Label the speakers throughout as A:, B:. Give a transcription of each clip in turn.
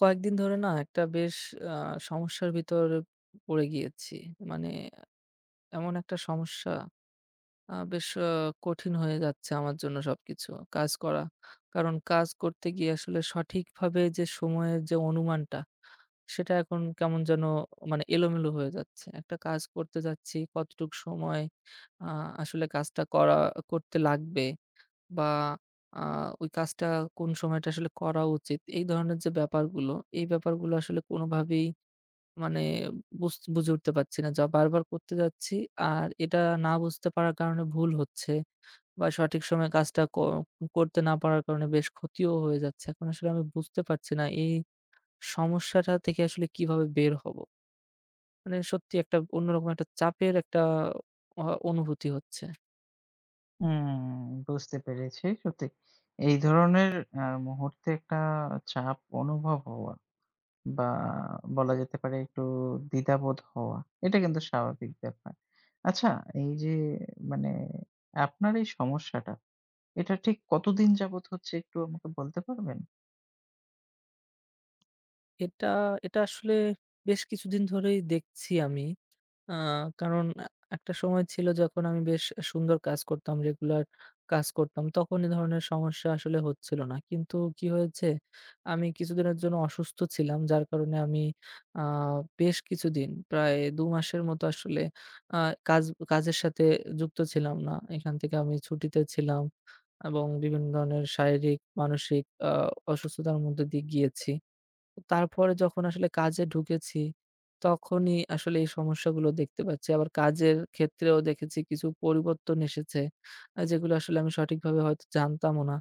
A: কয়েকদিন ধরে না একটা বেশ আ সমস্যার ভিতর পড়ে গিয়েছি। মানে এমন একটা সমস্যা, বেশ কঠিন হয়ে যাচ্ছে আমার জন্য সবকিছু। কাজ করা। কারণ কাজ করতে গিয়ে আসলে সঠিকভাবে যে সময়ের যে অনুমানটা, সেটা এখন কেমন যেন মানে এলোমেলো হয়ে যাচ্ছে। একটা কাজ করতে যাচ্ছি, কতটুক সময় আ আসলে কাজটা করতে লাগবে, বা আ ওই কাজটা কোন সময়টা আসলে করা উচিত। এই ধরনের যে ব্যাপারগুলো, এই ব্যাপারগুলো আসলে কোনোভাবেই মানে বুঝে উঠতে পারছি না। যা বারবার করতে যাচ্ছি আর এটা না বুঝতে পারার কারণে ভুল হচ্ছে, বা সঠিক সময়ে কাজটা করতে না পারার কারণে বেশ ক্ষতিও হয়ে যাচ্ছে। এখন আসলে আমি বুঝতে পারছি না এই সমস্যাটা থেকে আসলে কিভাবে বের হব? মানে সত্যি একটা অন্যরকম একটা চাপের একটা অ অনুভূতি হচ্ছে।
B: হুম, বুঝতে পেরেছি। সত্যি এই ধরনের মুহূর্তে একটা চাপ অনুভব হওয়া বা বলা যেতে পারে একটু দ্বিধাবোধ হওয়া, এটা কিন্তু স্বাভাবিক ব্যাপার। আচ্ছা, এই যে মানে আপনার এই সমস্যাটা, এটা ঠিক কতদিন যাবৎ হচ্ছে একটু আমাকে বলতে পারবেন?
A: এটা এটা আসলে বেশ কিছুদিন ধরেই দেখছি আমি। আ কারণ একটা সময় ছিল যখন আমি বেশ সুন্দর কাজ করতাম, রেগুলার কাজ করতাম। তখন এ ধরনের সমস্যা আসলে হচ্ছিল না। কিন্তু কি হয়েছে, আমি কিছুদিনের জন্য অসুস্থ ছিলাম। যার কারণে আমি আ বেশ কিছুদিন প্রায় ২ মাসের মতো আসলে আ কাজ কাজের সাথে যুক্ত ছিলাম না। এখান থেকে আমি ছুটিতে ছিলাম এবং বিভিন্ন ধরনের শারীরিক, মানসিক অসুস্থতার মধ্যে দিয়ে গিয়েছি। তারপরে যখন আসলে কাজে ঢুকেছি, তখনই আসলে এই সমস্যাগুলো দেখতে পাচ্ছি। আবার কাজের ক্ষেত্রেও দেখেছি কিছু পরিবর্তন এসেছে, যেগুলো আসলে আমি সঠিকভাবে হয়তো জানতামও না।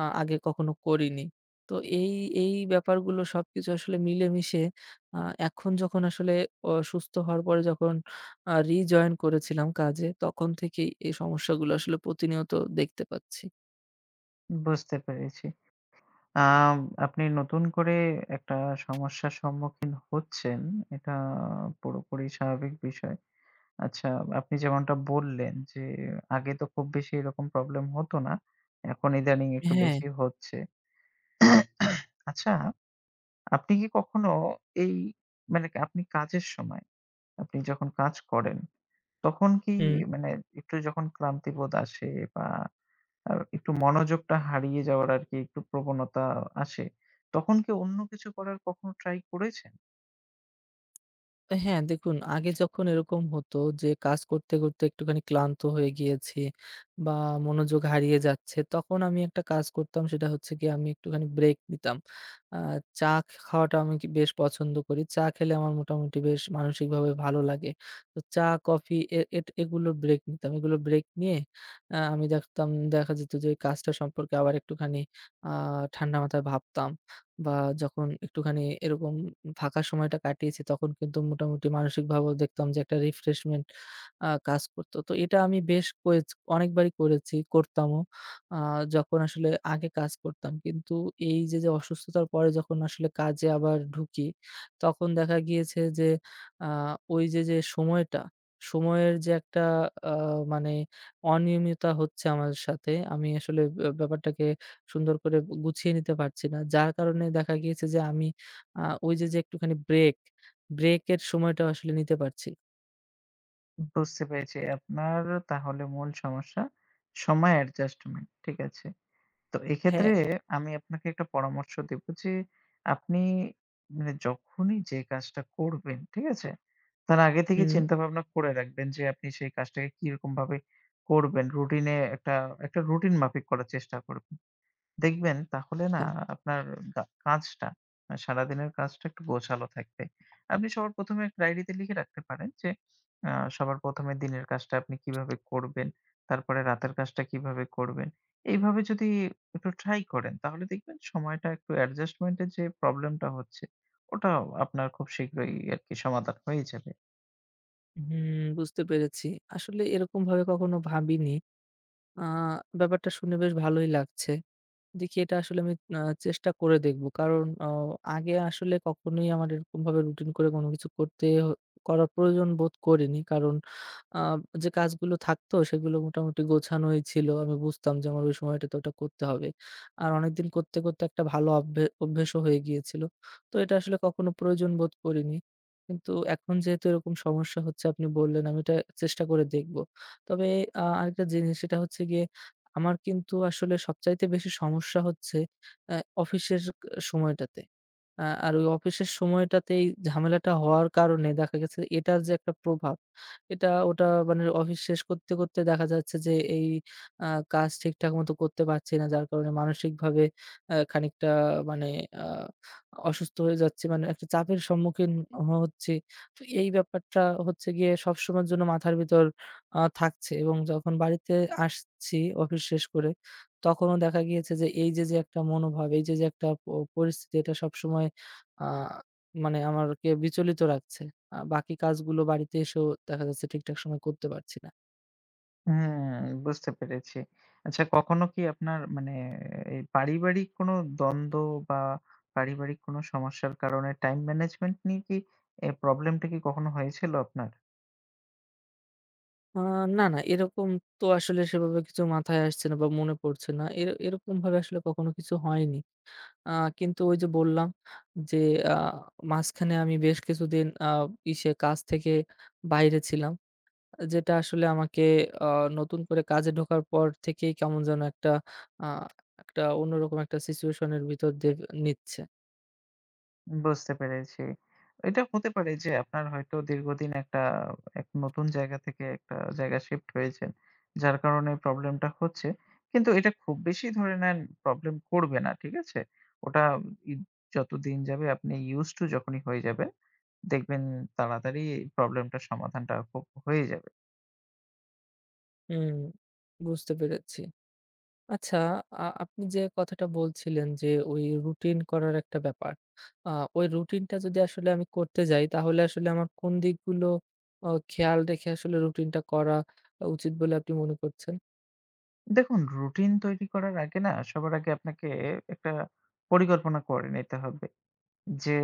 A: আগে কখনো করিনি। তো এই, এই ব্যাপারগুলো সবকিছু আসলে মিলেমিশে আ এখন যখন আসলে সুস্থ হওয়ার পরে যখন রিজয়েন করেছিলাম কাজে, তখন থেকেই এই সমস্যাগুলো আসলে প্রতিনিয়ত দেখতে পাচ্ছি।
B: বুঝতে পেরেছি। আম আপনি নতুন করে একটা সমস্যার সম্মুখীন হচ্ছেন, এটা পুরোপুরি স্বাভাবিক বিষয়। আচ্ছা, আপনি যেমনটা বললেন যে আগে তো খুব বেশি এরকম প্রবলেম হতো না। এখন ইদানিং একটু
A: হ্যাঁ।
B: বেশি হচ্ছে। আচ্ছা, আপনি কি কখনো এই মানে আপনি কাজের সময়, আপনি যখন কাজ করেন, তখন কি
A: হুম।
B: মানে একটু যখন ক্লান্তিবোধ আসে বা একটু মনোযোগটা হারিয়ে যাওয়ার আরকি একটু প্রবণতা আসে, তখন কি অন্য কিছু করার কখনো ট্রাই করেছেন?
A: হ্যাঁ, দেখুন আগে যখন এরকম হতো যে কাজ করতে, করতে একটুখানি ক্লান্ত হয়ে গিয়েছি বা মনোযোগ হারিয়ে যাচ্ছে, তখন আমি একটা কাজ করতাম সেটা হচ্ছে গিয়ে আমি একটুখানি ব্রেক নিতাম। আ চা খাওয়াটা আমি কি বেশ পছন্দ করি। চা খেলে আমার মোটামুটি বেশ মানসিকভাবে ভালো লাগে। তো চা, কফি এ এট এগুলোর ব্রেক নিতাম। এগুলো ব্রেক নিয়ে আমি দেখতাম দেখা যেত যে ওই কাজটা সম্পর্কে আবার একটুখানি আ ঠান্ডা মাথায় ভাবতাম, বা যখন একটুখানি এরকম ফাঁকা সময়টা কাটিয়েছি তখন কিন্তু মোটামুটি মানসিকভাবেও দেখতাম যে একটা রিফ্রেশমেন্ট কাজ করত। তো এটা আমি বেশ অনেকবারই করেছি, করতামও। আ যখন আসলে আগে কাজ করতাম। কিন্তু এই যে, যে অসুস্থতার পরে যখন আসলে কাজে আবার ঢুকি, তখন দেখা গিয়েছে যে আ ওই যে, যে সময়টা, সময়ের যে একটা আ মানে অনিয়মিততা হচ্ছে আমার সাথে, আমি আসলে ব্যাপারটাকে সুন্দর করে গুছিয়ে নিতে পারছি না। যার কারণে দেখা গিয়েছে যে আমি ওই যে, যে একটুখানি ব্রেকের সময়টাও আসলে নিতে পারছি।
B: বুঝতে পেরেছি। আপনার তাহলে মূল সমস্যা সময় অ্যাডজাস্টমেন্ট। ঠিক আছে। তো
A: হ্যাঁ,
B: এক্ষেত্রে আমি আপনাকে একটা পরামর্শ দেব যে, আপনি মানে যখনই যে কাজটা করবেন, ঠিক আছে? তার আগে থেকে
A: হুম,
B: চিন্তাভাবনা করে রাখবেন যে আপনি সেই কাজটাকে কিরকমভাবে করবেন। রুটিন এ একটা রুটিন মাফিক করার চেষ্টা করবেন। দেখবেন তাহলে না
A: আচ্ছা,
B: আপনার গা কাজটা আ সারাদিনের কাজটা একটু গোছালো থাকবে। আপনি সবার ১ম এ একটা ডায়েরিতে লিখে রাখতে পারেন যে আ সবার ১ম এ দিনের কাজটা আপনি কিভাবে করবেন, তারপরে রাতের কাজটা কিভাবে করবেন। এইভাবে যদি একটু ট্রাই করেন তাহলে দেখবেন সময়টা একটু অ্যাডজাস্টমেন্ট এর যে প্রবলেমটা হচ্ছে, ওটা আপনার খুব শীঘ্রই আরকি সমাধান হয়ে যাবে।
A: হুম, বুঝতে পেরেছি। আসলে এরকমভাবে কখনো ভাবিনি। আ ব্যাপারটা শুনে বেশ ভালোই লাগছে। দেখি এটা আসলে আমি আ চেষ্টা করে দেখব। কারণ আগে আসলে কখনোই আমার এরকমভাবে রুটিন করে কোনো কিছু করতে হ করার প্রয়োজন বোধ করিনি। কারণ আ যে কাজগুলো থাকতো সেগুলো মোটামুটি গোছানোই ছিল। আমি বুঝতাম যে আমার ওই সময়টাতে ওটা করতে হবে। আর অনেকদিন করতে, করতে একটা ভালো অভ্যেসও হয়ে গিয়েছিল। তো এটা আসলে কখনো প্রয়োজন বোধ করিনি। কিন্তু এখন যেহেতু এরকম সমস্যা হচ্ছে আপনি বললেন আমি এটা চেষ্টা করে দেখব। তবে আরেকটা জিনিস সেটা হচ্ছে গিয়ে আমার কিন্তু আসলে সবচাইতে বেশি সমস্যা হচ্ছে আ অফিসের সময়টাতে। আর ওই অফিসের সময়টাতেই ঝামেলাটা হওয়ার কারণে দেখা গেছে এটার যে একটা প্রভাব, এটা ওটা মানে অফিস শেষ করতে, করতে দেখা যাচ্ছে যে এই আ কাজ ঠিকঠাক মতো করতে পারছি না। যার কারণে মানসিকভাবে খানিকটা মানে আ অসুস্থ হয়ে যাচ্ছি। মানে একটা চাপের সম্মুখীন হচ্ছি। তো এই ব্যাপারটা হচ্ছে গিয়ে সবসময়ের জন্য মাথার ভিতর থাকছে, এবং যখন বাড়িতে আসছি অফিস শেষ করে, তখনও দেখা গিয়েছে যে এই যে, যে একটা মনোভাব, এই যে, যে একটা পরিস্থিতি, এটা সবসময় আ মানে আমারকে বিচলিত রাখছে। বাকি কাজগুলো বাড়িতে এসেও দেখা যাচ্ছে ঠিকঠাক সময়ে করতে পারছি না।
B: হুম, বুঝতে পেরেছি। আচ্ছা, কখনো কি আপনার মানে এই পারিবারিক কোনো দ্বন্দ্ব বা পারিবারিক কোনো সমস্যার কারণে টাইম ম্যানেজমেন্ট নিয়ে কি প্রবলেমটা কি কখনো হয়েছিল আপনার?
A: আ না, না, এরকম তো আসলে সেভাবে কিছু মাথায় আসছে না বা মনে পড়ছে না। এরকমভাবে আসলে কখনো কিছু হয়নি। আ কিন্তু ওই যে বললাম যে আ মাঝখানে আমি বেশ কিছুদিন আ ইসে কাজ থেকে বাইরে ছিলাম। যেটা আসলে আমাকে আ নতুন করে কাজে ঢোকার পর থেকেই কেমন যেন আ একটা অন্যরকম একটা সিচুয়েশন এর ভিতর দিয়ে নিচ্ছে।
B: বুঝতে পেরেছি। এটা হতে পারে যে আপনার হয়তো দীর্ঘদিন এক নতুন জায়গা থেকে একটা জায়গায় শিফট হয়েছেন। যার কারণে প্রবলেমটা হচ্ছে। কিন্তু এটা খুব বেশি ধরে নেন, প্রবলেম করবে না। ঠিক আছে? ওটা ই যত দিন যাবে আপনি used to যখনই হয়ে যাবেন, দেখবেন তাড়াতাড়ি প্রবলেমটার সমাধানটা খুব হয়ে যাবে।
A: হুম, বুঝতে পেরেছি। আচ্ছা, আপনি যে কথাটা বলছিলেন যে ওই রুটিন করার একটা ব্যাপার। আ ওই রুটিনটা যদি আসলে আমি করতে যাই তাহলে আসলে আমার কোন দিকগুলো খেয়াল রেখে আসলে রুটিনটা করা উচিত বলে আপনি মনে করছেন?
B: দেখুন, রুটিন তৈরি করার আগে না সবার আগে আপনাকে একটা পরিকল্পনা করে নিতে হবে। যে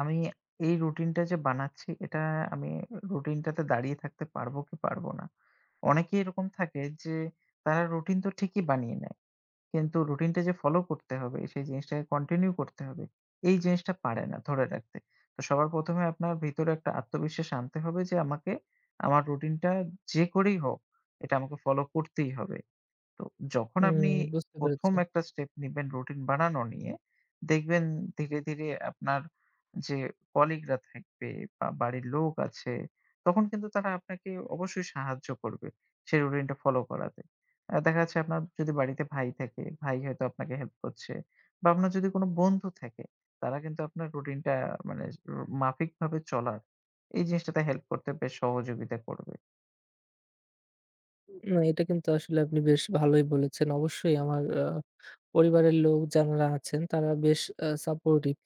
B: আমি এই রুটিনটা যে বানাচ্ছি, এটা আমি রুটিনটাতে দাঁড়িয়ে থাকতে পারবো কি পারবো না। অনেকেই এরকম থাকে যে তারা রুটিন তো ঠিকই বানিয়ে নেয়। কিন্তু রুটিনটা যে ফলো করতে হবে, সেই জিনিসটাকে কন্টিনিউ করতে হবে, এই জিনিসটা পারে না ধরে রাখতে। তো সবার ১ম এ আপনার ভিতরে একটা আত্মবিশ্বাস আনতে হবে যে আমাকে আমার রুটিনটা, যে করেই হোক, এটা আমাকে ফলো করতেই হবে। তো যখন
A: হুম,
B: আপনি
A: বুঝতে
B: ১ম
A: পেরেছি।
B: একটা স্টেপ নিবেন রুটিন বানানো নিয়ে, দেখবেন ধীরে, ধীরে আপনার যে কলিগরা থাকবে বা বাড়ির লোক আছে, তখন কিন্তু তারা আপনাকে অবশ্যই সাহায্য করবে সেই রুটিনটা ফলো করাতে। দেখা যাচ্ছে আপনার যদি বাড়িতে ভাই থাকে, ভাই হয়তো আপনাকে হেল্প করছে, বা আপনার যদি কোনো বন্ধু থাকে, তারা কিন্তু আপনার রুটিনটা মানে র মাফিকভাবে চলার এই জিনিসটাতে হেল্প করতে বেশ সহযোগিতা করবে।
A: না, এটা কিন্তু আসলে আপনি বেশ ভালোই বলেছেন। অবশ্যই আমার পরিবারের লোক যারা আছেন তারা বেশ সাপোর্টিভ।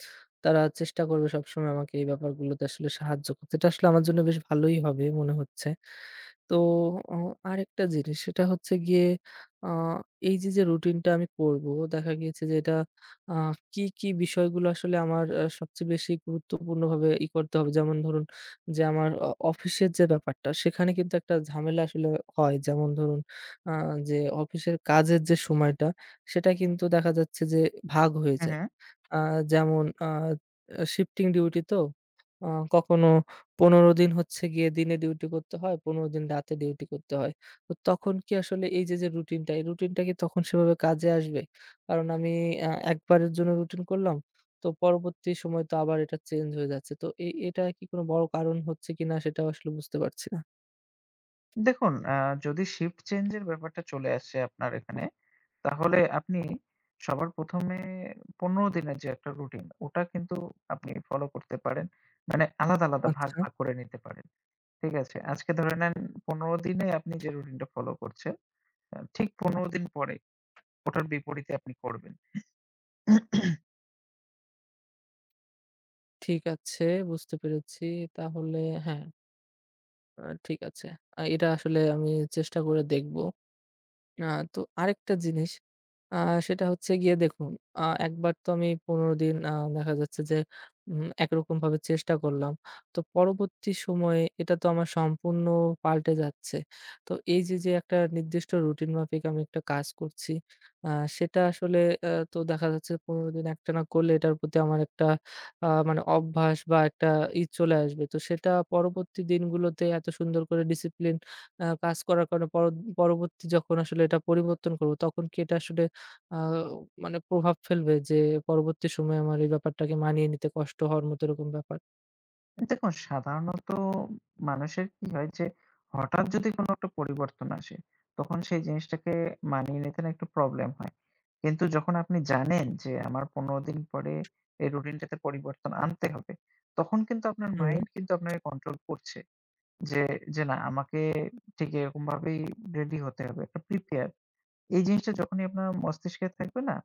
A: তারা চেষ্টা করবে সবসময় আমাকে এই ব্যাপারগুলোতে আসলে সাহায্য করতে। এটা আসলে আমার জন্য বেশ ভালোই হবে মনে হচ্ছে। তো অ আরেকটা জিনিস সেটা হচ্ছে গিয়ে আ এই যে, যে, রুটিনটা আমি করব দেখা গিয়েছে যে, এটা আ কি, কি, বিষয়গুলো আসলে আমার সবচেয়ে বেশি গুরুত্বপূর্ণভাবে ই করতে হবে। যেমন ধরুন যে, আমার অফিসের যে, ব্যাপারটা সেখানে কিন্তু একটা ঝামেলা আসলে হয়। যেমন ধরুন আ যে, অফিসের কাজের যে, সময়টা সেটা কিন্তু দেখা যাচ্ছে যে, ভাগ হয়ে
B: হুম,
A: যায়।
B: হুম।
A: আ যেমন শিফটিং ডিউটি তো। আ কখনো ১৫ দিন হচ্ছে গিয়ে দিনে ডিউটি করতে হয়, ১৫ দিন রাতে ডিউটি করতে হয়। তো তখন কি আসলে এই যে, যে রুটিনটা, এই রুটিনটা কি তখন সেভাবে কাজে আসবে? কারণ আমি একবারের জন্য রুটিন করলাম, তো পরবর্তী সময় তো আবার এটা চেঞ্জ হয়ে যাচ্ছে। তো এটা কি কোনো বড় কারণ হচ্ছে কিনা সেটাও আসলে বুঝতে পারছি না।
B: দেখুন, যদি শিফট চেঞ্জ এর ব্যাপারটা চলে আসে আপনার এখানে, তাহলে আপনি সবার ১ম এ ১৫ দিনের যে একটা রুটিন, ওটা কিন্তু আপনি ফলো করতে পারেন। মানে আলাদা, আলাদা ভাগ,
A: আচ্ছা,
B: ভাগ করে নিতে পারেন। ঠিক আছে? আজকে ধরে নেন ১৫ দিনে আপনি যে রুটিনটা ফলো করছেন, ঠিক ১৫ দিন পরে ওটার বিপরীতে আপনি করবেন।
A: ঠিক আছে, বুঝতে পেরেছি। তাহলে হ্যাঁ, ঠিক আছে। এটা আসলে আমি চেষ্টা করে দেখব। আ তো আরেকটা জিনিস, আ সেটা হচ্ছে গিয়ে দেখুন, একবার তো আমি ১৫ দিন দেখা যাচ্ছে যে একরকমভাবে চেষ্টা করলাম। তো পরবর্তী সময়ে এটা তো আমার সম্পূর্ণ পাল্টে যাচ্ছে। তো এই যে, যে একটা নির্দিষ্ট রুটিন মাফিক আমি একটা কাজ করছি, আ সেটা আসলে তো দেখা যাচ্ছে ১৫ দিন একটানা করলে এটার প্রতি আমার একটা মানে অভ্যাস বা একটা ই চলে আসবে। তো সেটা পরবর্তী দিনগুলোতে এত সুন্দর করে ডিসিপ্লিন কাজ করার কারণে পরবর্তী যখন আসলে এটা পরিবর্তন করব, তখন কি এটা আসলে আ মানে প্রভাব ফেলবে, যে পরবর্তী সময়ে আমার এই ব্যাপারটাকে মানিয়ে নিতে কষ্ট হওয়ার মতো এরকম ব্যাপার?
B: দেখুন, সাধারণত মানুষের কি হয় যে হঠাৎ যদি কোনো একটা পরিবর্তন আসে, তখন সেই জিনিসটাকে মানিয়ে নিতে না একটু প্রবলেম হয়। কিন্তু যখন আপনি জানেন যে আমার ১৫ দিন পরে এই রুটিনটাতে পরিবর্তন আনতে হবে, তখন কিন্তু আপনার
A: হুম।
B: মাইন্ড কিন্তু আপনাকে কন্ট্রোল করছে। যে, যে না আমাকে ঠিক এরকমভাবেই রেডি হতে হবে। একটা প্রিপেয়ার। এই জিনিসটা যখনই আপনার মস্তিষ্কে থাকবে না,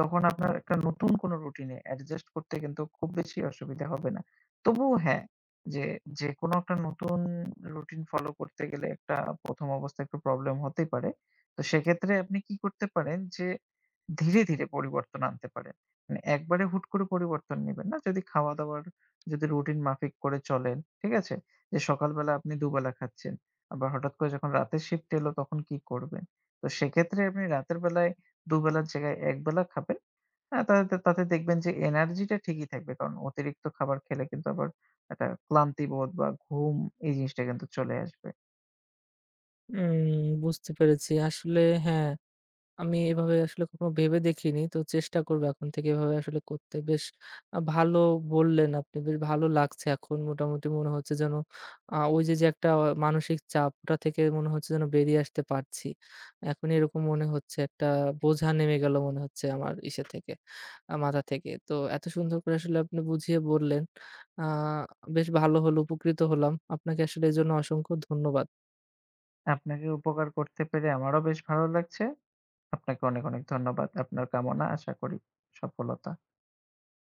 B: তখন আপনার একটা নতুন কোনো রুটিনে অ্যাডজাস্ট করতে কিন্তু খুব বেশি অসুবিধা হবে না। তবুও হ্যাঁ, যে যেকোনো একটা নতুন রুটিন ফলো করতে গেলে একটা ১ম অবস্থায় একটু প্রবলেম হতেই পারে। তো সেক্ষেত্রে আপনি কি করতে পারেন যে ধীরে, ধীরে পরিবর্তন আনতে পারেন। মানে একবারে হুট করে পরিবর্তন নিবেন না। যদি খাওয়া-দাওয়ার, যদি রুটিন মাফিক করে চলেন, ঠিক আছে? যে সকালবেলা আপনি দুবেলা খাচ্ছেন, আবার হঠাৎ করে যখন রাতের শিফট এলো তখন কি করবেন? তো সেক্ষেত্রে আপনি রাতের বেলায় দুবেলার জায়গায় একবেলা খাবেন। হ্যাঁ, তাতে তাতে দেখবেন যে এনার্জিটা ঠিকই থাকবে। কারণ অতিরিক্ত খাবার খেলে কিন্তু আবার একটা ক্লান্তিবোধ বা ঘুম, এই জিনিসটা কিন্তু চলে আসবে।
A: উম বুঝতে পেরেছি। আসলে হ্যাঁ। আমি এভাবে আসলে কখনো ভেবে দেখিনি। তো চেষ্টা করব এখন থেকে এভাবে আসলে করতে। বেশ ভালো বললেন আপনি। বেশ ভালো লাগছে এখন। মোটামুটি মনে হচ্ছে যেন ওই যে, যে একটা মানসিক চাপ ওটা থেকে মনে হচ্ছে যেন বেরিয়ে আসতে পারছি। এখন এরকম মনে হচ্ছে একটা বোঝা নেমে গেল মনে হচ্ছে আমার ইসে থেকে, আ মাথা থেকে। তো এত সুন্দর করে আসলে আপনি বুঝিয়ে বললেন। আ বেশ ভালো হলো, উপকৃত হলাম। আপনাকে আসলে এজন্য অসংখ্য ধন্যবাদ।
B: আপনাকে উপকার করতে পেরে আমারও বেশ ভালো লাগছে। আপনাকে অনেক, অনেক ধন্যবাদ। আপনার কামনা আশা করি সফলতা।